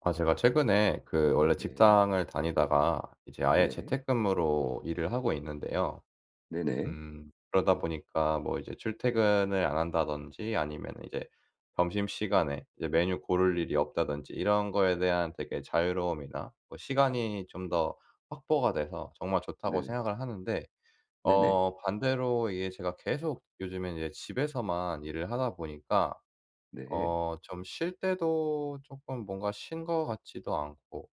아 제가 최근에 그 원래 네. 직장을 다니다가 이제 아예 네. 재택근무로 일을 하고 있는데요. 네네. 그러다 보니까 뭐 이제 출퇴근을 안 한다든지 아니면 이제 점심시간에 이제 메뉴 고를 일이 없다든지 이런 거에 대한 되게 자유로움이나 뭐 시간이 좀 더 확보가 돼서 정말 좋다고 네네. 생각을 하는데 네네. 반대로 이게 제가 계속 요즘에 이제 집에서만 일을 하다 보니까 네. 좀 쉴 때도 조금 뭔가 쉰 것 같지도 않고,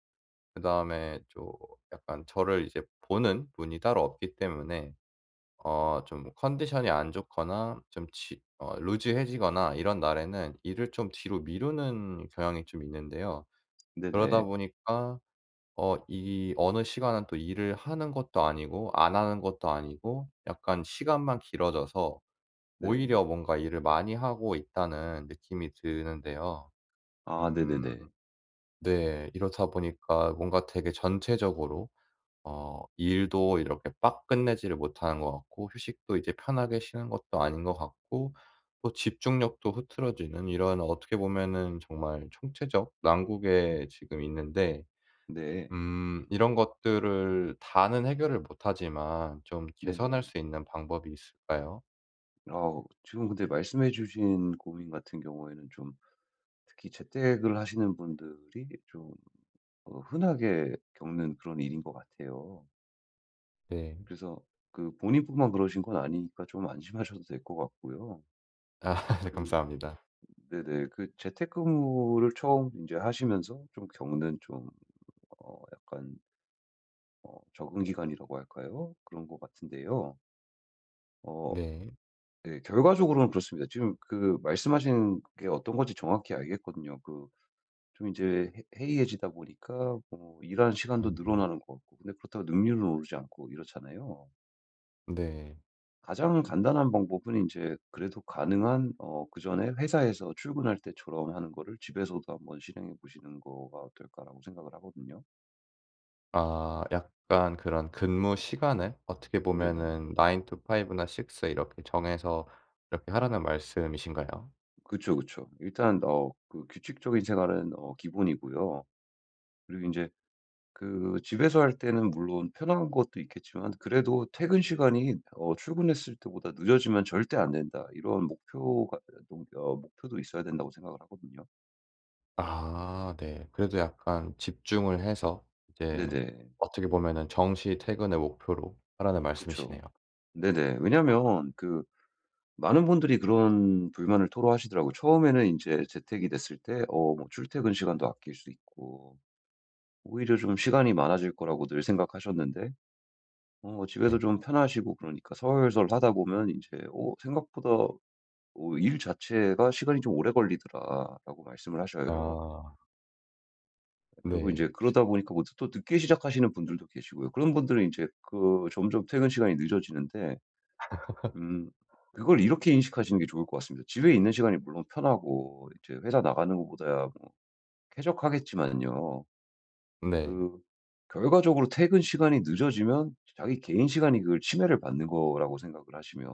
그다음에 좀 약간 저를 이제 보는 분이 따로 없기 때문에 좀 컨디션이 안 좋거나 좀 지 어 루즈해지거나 이런 날에는 일을 좀 뒤로 미루는 경향이 좀 있는데요. 그러다 네네. 보니까 어 이 어느 시간은 또 일을 하는 것도 아니고 안 하는 것도 아니고 약간 시간만 길어져서, 네. 오히려 뭔가 일을 많이 하고 있다는 느낌이 드는데요. 아, 음. 네네네. 네. 이렇다 보니까 뭔가 되게 전체적으로 일도 이렇게 빡 끝내지를 못하는 것 같고, 휴식도 이제 편하게 쉬는 것도 아닌 것 같고, 또 집중력도 흐트러지는, 이런 어떻게 보면은 정말 총체적 난국에 지금 있는데, 네. 이런 것들을 다는 해결을 못하지만 좀 개선할 네네. 수 있는 방법이 있을까요? 지금 근데 말씀해 주신 고민 같은 경우에는 좀 특히 재택을 하시는 분들이 흔하게 겪는 그런 일인 것 같아요. 네. 그래서 그 본인뿐만 그러신 건 아니니까 좀 안심하셔도 될 것 같고요. 아, 네, 그 감사합니다. 네네. 그 재택근무를 처음 이제 하시면서 좀 겪는 좀 어 약간 어 적응 기간이라고 할까요? 그런 것 같은데요. 어 네. 네, 결과적으로는 그렇습니다. 지금 그 말씀하신 게 어떤 건지 정확히 알겠거든요. 그 좀 이제 해 해이해지다 보니까 뭐 일하는 시간도 음. 늘어나는 것 같고, 근데 그렇다고 능률은 오르지 않고 이렇잖아요. 네. 가장 간단한 방법은 이제 그래도 가능한 그전에 회사에서 출근할 때처럼 하는 거를 집에서도 한번 실행해 보시는 거가 어떨까라고 생각을 하거든요. 아, 약간 그런 근무 시간을 어떻게 네네. 보면은 9 to 5나 6, 이렇게 정해서 이렇게 하라는 말씀이신가요? 그쵸, 그쵸. 일단 그 규칙적인 생활은 기본이고요. 그리고 이제 그 집에서 할 때는 물론 편한 것도 있겠지만, 그래도 '퇴근 시간이 출근했을 때보다 늦어지면 절대 안 된다.' 이런 목표가 동 어 목표도 있어야 된다고 생각을 하거든요. 아, 네. 그래도 약간 집중을 해서 이제, 네네. 어떻게 보면은 정시 퇴근을 목표로 하라는 말씀이시네요. 그쵸. 네네. 왜냐하면 그 많은 분들이 그런 불만을 토로하시더라고요. 처음에는 이제 재택이 됐을 때 뭐 출퇴근 시간도 아낄 수 있고 오히려 좀 시간이 많아질 거라고 늘 생각하셨는데, 집에서 네. 좀 편하시고 그러니까 서설하다 보면 이제 생각보다 일 자체가 시간이 좀 오래 걸리더라'라고 말씀을 하셔요. 아 그리고 이제 네. 그러다 보니까 뭐또 늦게 시작하시는 분들도 계시고요. 그런 분들은 이제 그 점점 퇴근 시간이 늦어지는데, 음 그걸 이렇게 인식하시는 게 좋을 것 같습니다. 집에 있는 시간이 물론 편하고, 이제 회사 나가는 것보다야 뭐 쾌적하겠지만요. 네. 그 결과적으로 퇴근 시간이 늦어지면 자기 개인 시간이 그걸 침해를 받는 거라고 생각을 하시면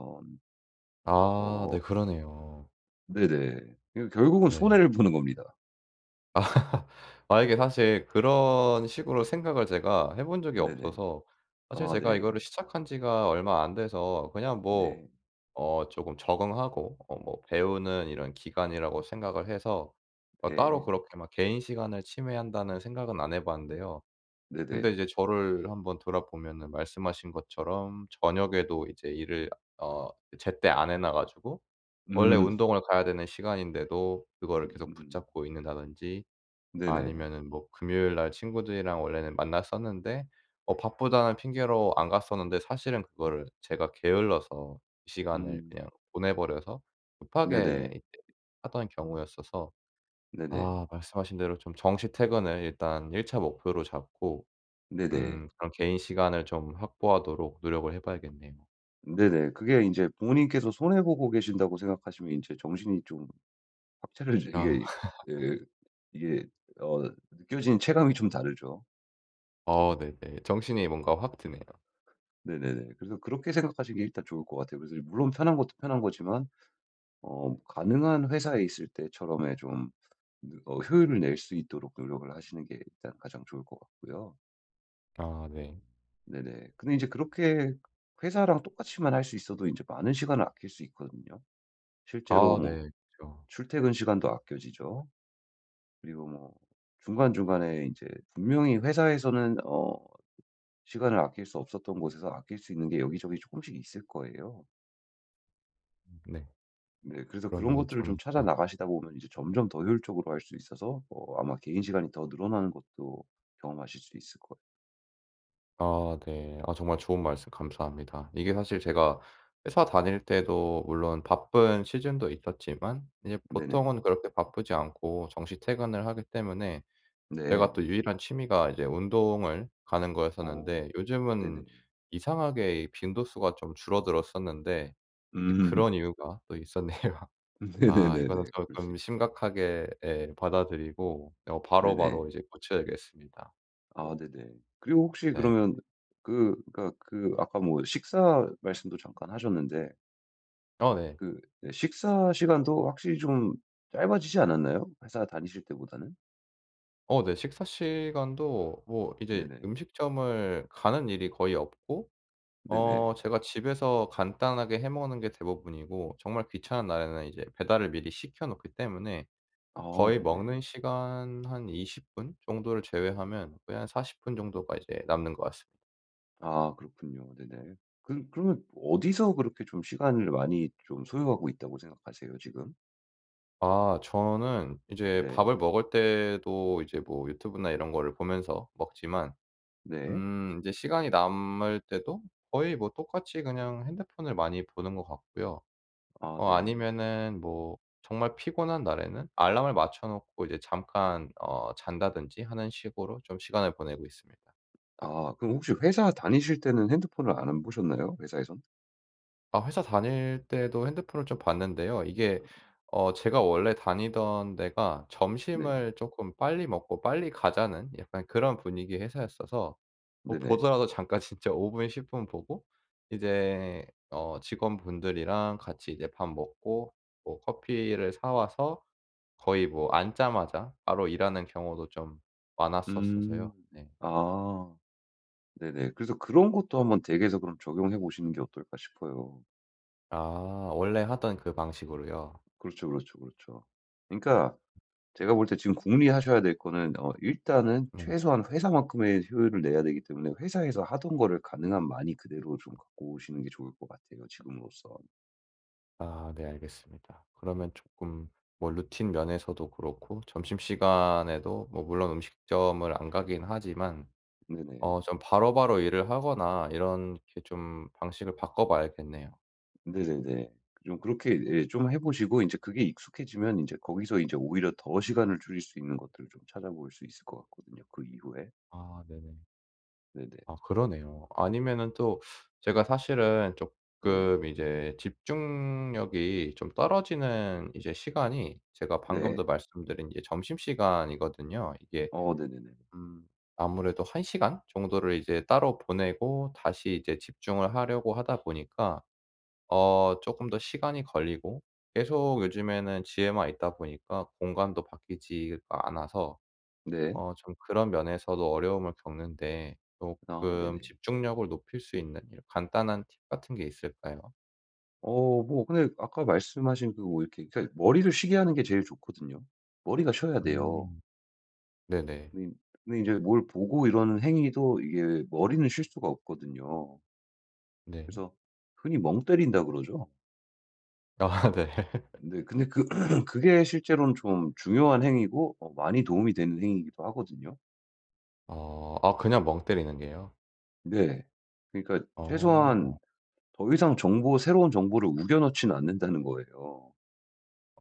아 어 네, 그러네요. 네네. 이거 결국은 네. 손해를 보는 겁니다. 아, 이게 사실 그런 식으로 생각을 제가 해본 적이 네네. 없어서, 사실 아, 제가 네. 이거를 시작한 지가 얼마 안 돼서 그냥 뭐 네. 조금 적응하고 뭐 배우는 이런 기간이라고 생각을 해서 따로 네. 그렇게 막 개인 시간을 침해한다는 생각은 안 해 봤는데요. 근데 네네. 이제 저를 한번 돌아보면은 말씀하신 것처럼 저녁에도 이제 일을 어 제때 안 해놔 가지고, 원래 음. 운동을 가야 되는 시간인데도 그거를 계속 음. 붙잡고 있는다든지, 네네. 아니면은 뭐 금요일 날 친구들이랑 원래는 만났었는데 바쁘다는 핑계로 안 갔었는데, 사실은 그거를 제가 게을러서 그 시간을 음. 그냥 보내 버려서 급하게 네네. 이제 하던 경우였어서, 네네. 아, 말씀하신 대로 좀 정시 퇴근을 일단 1차 목표로 잡고, 네네. 그런 개인 시간을 좀 확보하도록 노력을 해 봐야겠네요. 네네. 그게 인제 부모님께서 손해 보고 계신다고 생각하시면 인제 정신이 좀 박차를 아. 이게 예 이게 어 느껴지는 체감이 좀 다르죠. 네네. 정신이 뭔가 확 드네요. 네네네. 그래서 그렇게 생각하시는 게 일단 좋을 것 같아요. 그래서 물론 편한 것도 편한 거지만 가능한 회사에 있을 때처럼의 좀 느 어 효율을 낼 수 있도록 노력을 하시는 게 일단 가장 좋을 것 같고요. 아 네. 네네. 근데 이제 그렇게 회사랑 똑같이만 할 수 있어도 이제 많은 시간을 아낄 수 있거든요. 실제로 아 뭐 네. 그쵸. 출퇴근 시간도 아껴지죠. 그리고 뭐 중간중간에 이제 분명히 회사에서는 시간을 아낄 수 없었던 곳에서 아낄 수 있는 게 여기저기 조금씩 있을 거예요. 네. 네. 그래서 그런 그러면은 것들을 좀 좀, 찾아 예. 나가시다 보면 이제 점점 더 효율적으로 할 수 있어서 아마 개인 시간이 더 늘어나는 것도 경험하실 수 있을 거예요. 아 네. 아, 정말 좋은 말씀 감사합니다. 이게 사실 제가 회사 다닐 때도 물론 바쁜 시즌도 있었지만 이제 네네. 보통은 그렇게 바쁘지 않고 정시 퇴근을 하기 때문에, 네. 제가 또 유일한 취미가 이제 운동을 가는 어. 거였었는데, 요즘은 네네. 이상하게 이 빈도수가 좀 줄어들었었는데, 이제 음. 그런 이유가 또 있었네요. 아, 이거는 네네네네. 그럴 수 조금 있죠. 심각하게, 예, 받아들이고 바로바로 네네. 이제 고쳐야겠습니다. 어 아, 네네. 그리고 혹시 네. 그러면 아까 뭐 식사 말씀도 잠깐 하셨는데, 네. 그 예 식사 시간도 확실히 좀 짧아지지 않았나요? 회사 다니실 때보다는? 네. 식사 시간도 뭐 이제 네네. 음식점을 가는 일이 거의 없고, 네네. 제가 집에서 간단하게 해 먹는 게 대부분이고, 정말 귀찮은 날에는 이제 배달을 미리 시켜 놓기 때문에, 아 거의 네네. 먹는 시간 한 20분 정도를 제외하면 거의 한 40분 정도가 이제 남는 것 같습니다. 아 그렇군요. 네네. 그 그러면 어디서 그렇게 좀 시간을 많이 좀 소요하고 있다고 생각하세요 지금? 아, 저는 이제 네. 밥을 먹을 때도 이제 뭐 유튜브나 이런 거를 보면서 먹지만, 네. 이제 시간이 남을 때도 거의 뭐 똑같이 그냥 핸드폰을 많이 보는 것 같고요. 아 네. 아니면은 뭐 정말 피곤한 날에는 알람을 맞춰 놓고 이제 잠깐 잔다든지 하는 식으로 좀 시간을 보내고 있습니다. 아 그럼 혹시 회사 다니실 때는 핸드폰을 안 보셨나요? 회사에선? 아, 회사 다닐 때도 핸드폰을 좀 봤는데요. 이게 제가 원래 다니던 데가 네. 점심을 쪼끔 빨리 먹고 빨리 가자는 약간 그런 분위기의 회사였어서 뭐 네네. 보더라도 잠깐 진짜 5분 10분 보고, 이제 직원분들이랑 같이 이제 밥 먹고 뭐 커피를 사 와서 거의 뭐 앉자마자 바로 일하는 경우도 좀 많았었어서요. 음. 네. 아. 네네. 그래서 그런 것도 한번 댁에서 그럼 적용해 보시는 게 어떨까 싶어요. 아, 원래 하던 그 방식으로요? 그렇죠, 그렇죠, 그렇죠. 그러니까 제가 볼 때 지금 궁리하셔야 될 거는 일단은 네. 최소한 회사만큼의 효율을 내야 되기 때문에 회사에서 하던 거를 가능한 많이 그대로 좀 갖고 오시는 게 좋을 것 같아요, 지금으로선. 아 네, 알겠습니다. 그러면 쪼끔 뭐 루틴 면에서도 그렇고, 점심시간에도 뭐 물론 음식점을 안 가긴 하지만 네네. 좀 바로바로 일을 하거나, 이런 게 좀 방식을 바꿔 봐야겠네요. 네네네. 좀 그렇게 예 좀 해 보시고 인제 그게 익숙해지면 인제 거기서 인제 오히려 더 시간을 줄일 수 있는 것들을 좀 찾아볼 수 있을 것 같거든요, 그 이후에. 아 네네. 네네. 아, 그러네요. 아니면은 또 제가 사실은 네. 조금 이제 집중력이 좀 떨어지는 이제 시간이, 제가 방금도 네. 말씀드린 이제 점심시간이거든요. 이게 어 네네네. 음 아무래도 한 시간 정도를 이제 따로 보내고 다시 이제 집중을 하려고 하다 보니까 조금 더 시간이 걸리고, 계속 요즘에는 집에만 있다 보니까 공간도 바뀌지가 않아서 네. 좀 그런 면에서도 어려움을 겪는데, 아 쪼끔 네네. 집중력을 높일 수 있는 이런 간단한 팁 같은 게 있을까요? 뭐 근데 아까 말씀하신 그 뭐 이렇게 그러니까 머리를 쉬게 하는 게 제일 좋거든요. 머리가 쉬어야 돼요. 음. 네네. 근데 이 근데 제뭘 보고 이러는 행위도 이게 머리는 쉴 수가 없거든요. 네. 그래서 흔히 멍 때린다 그러죠. 아 네. 네. 근데 그 그게 실제로는 좀 중요한 행위고 많이 도움이 되는 행위이기도 하거든요. 아, 그냥 멍 때리는 게요? 네. 그러니까 최소한 어. 더 이상 정보 새로운 정보를 우겨 넣지는 않는다는 거예요.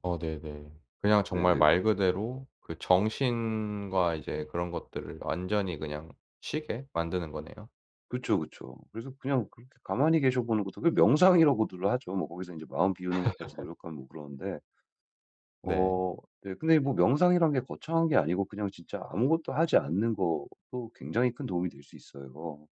네네. 그냥 정말 네네. 말 그대로 그 정신과 이제 그런 것들을 완전히 그냥 쉬게 만드는 거네요. 그쵸, 그쵸. 그래서 그냥 그렇게 가만히 계셔 보는 것도 그 명상이라고들 하죠. 뭐 거기서 이제 마음 비우는 것까지 노력하면 뭐 그러는데 네. 네, 근데 뭐 명상이란 게 거창한 게 아니고 그냥 진짜 아무것도 하지 않는 것도 굉장히 큰 도움이 될 수 있어요.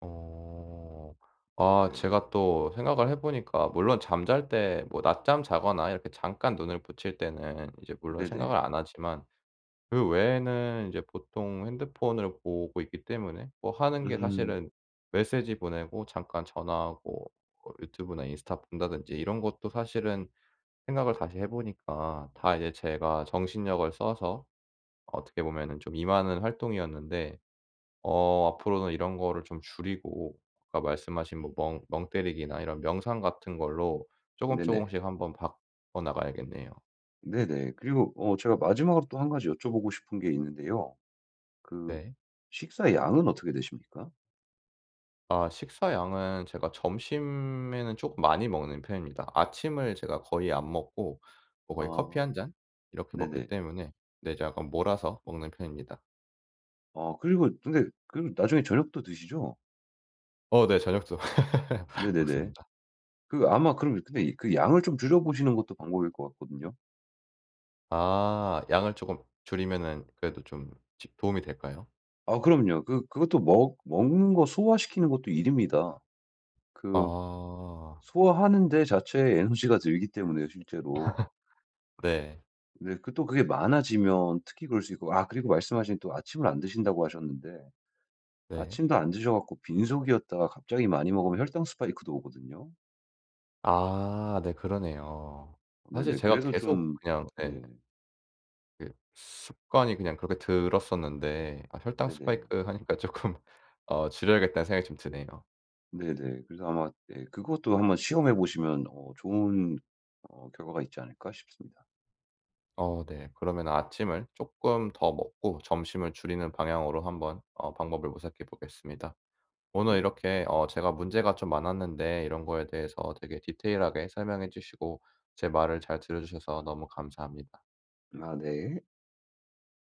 어. 아, 네. 제가 또 생각을 해 보니까, 물론 잠잘 때 뭐 낮잠 자거나 이렇게 잠깐 눈을 붙일 때는 이제 물론 생각을 네네. 안 하지만, 그 외에는 이제 보통 핸드폰을 보고 있기 때문에, 뭐 하는 게 음. 사실은 메시지 보내고 잠깐 전화하고 뭐 유튜브나 인스타 본다든지 이런 것도, 사실은 생각을 다시 해 보니까 다 이제 제가 정신력을 써서 어떻게 보면은 좀 임하는 활동이었는데, 앞으로는 이런 거를 좀 줄이고, 아까 말씀하신 뭐 멍 때리기나 이런 명상 같은 걸로 조금 네네. 씩 한번 바꿔 나가야겠네요. 네네. 그리고 제가 마지막으로 또 한 가지 여쭤보고 싶은 게 있는데요. 그 네. 식사 양은 어떻게 되십니까? 아, 식사 양은 제가 점심에는 조금 많이 먹는 편입니다. 아침을 제가 거의 안 먹고 뭐 거의 커피 아 한 잔 이렇게 먹기 네네. 때문에, 네, 이제 약간 몰아서 먹는 편입니다. 아, 그리고 근데 그리고 나중에 저녁도 드시죠? 네, 저녁도 네네네. 먹습니다. 그 아마 그럼 근데 그 양을 좀 줄여 보시는 것도 방법일 것 같거든요. 아, 양을 조금 줄이면은 그래도 좀 지 도움이 될까요? 아 그럼요. 그 그것도 먹 먹는 거 소화시키는 것도 일입니다. 그 아 소화하는 데 자체에 에너지가 들기 때문에요, 실제로. 네. 근데 그 또 그게 많아지면 특히 그럴 수 있고, 아 그리고 말씀하신 또 아침을 안 드신다고 하셨는데, 네. 아침도 안 드셔 갖고 빈속이었다가 갑자기 많이 먹으면 혈당 스파이크도 오거든요. 아 네, 그러네요. 사실 네네. 제가 그래서 계속 좀 그냥, 예, 네. 그 습관이 그냥 그렇게 들었었는데, 아, 혈당 네네. 스파이크 하니까 쪼끔 줄여야겠다는 생각이 좀 드네요. 네네. 그래서 아마 네, 그것도 한번 시험해 보시면 좋은 결과가 있지 않을까 싶습니다. 네. 그러면 아침을 쪼끔 더 먹고 점심을 줄이는 방향으로 한번 방법을 모색해 보겠습니다. 오늘 네. 이렇게 제가 문제가 좀 많았는데 이런 거에 대해서 되게 디테일하게 설명해 주시고 제 말을 잘 들어 주셔서 너무 감사합니다. 아 네.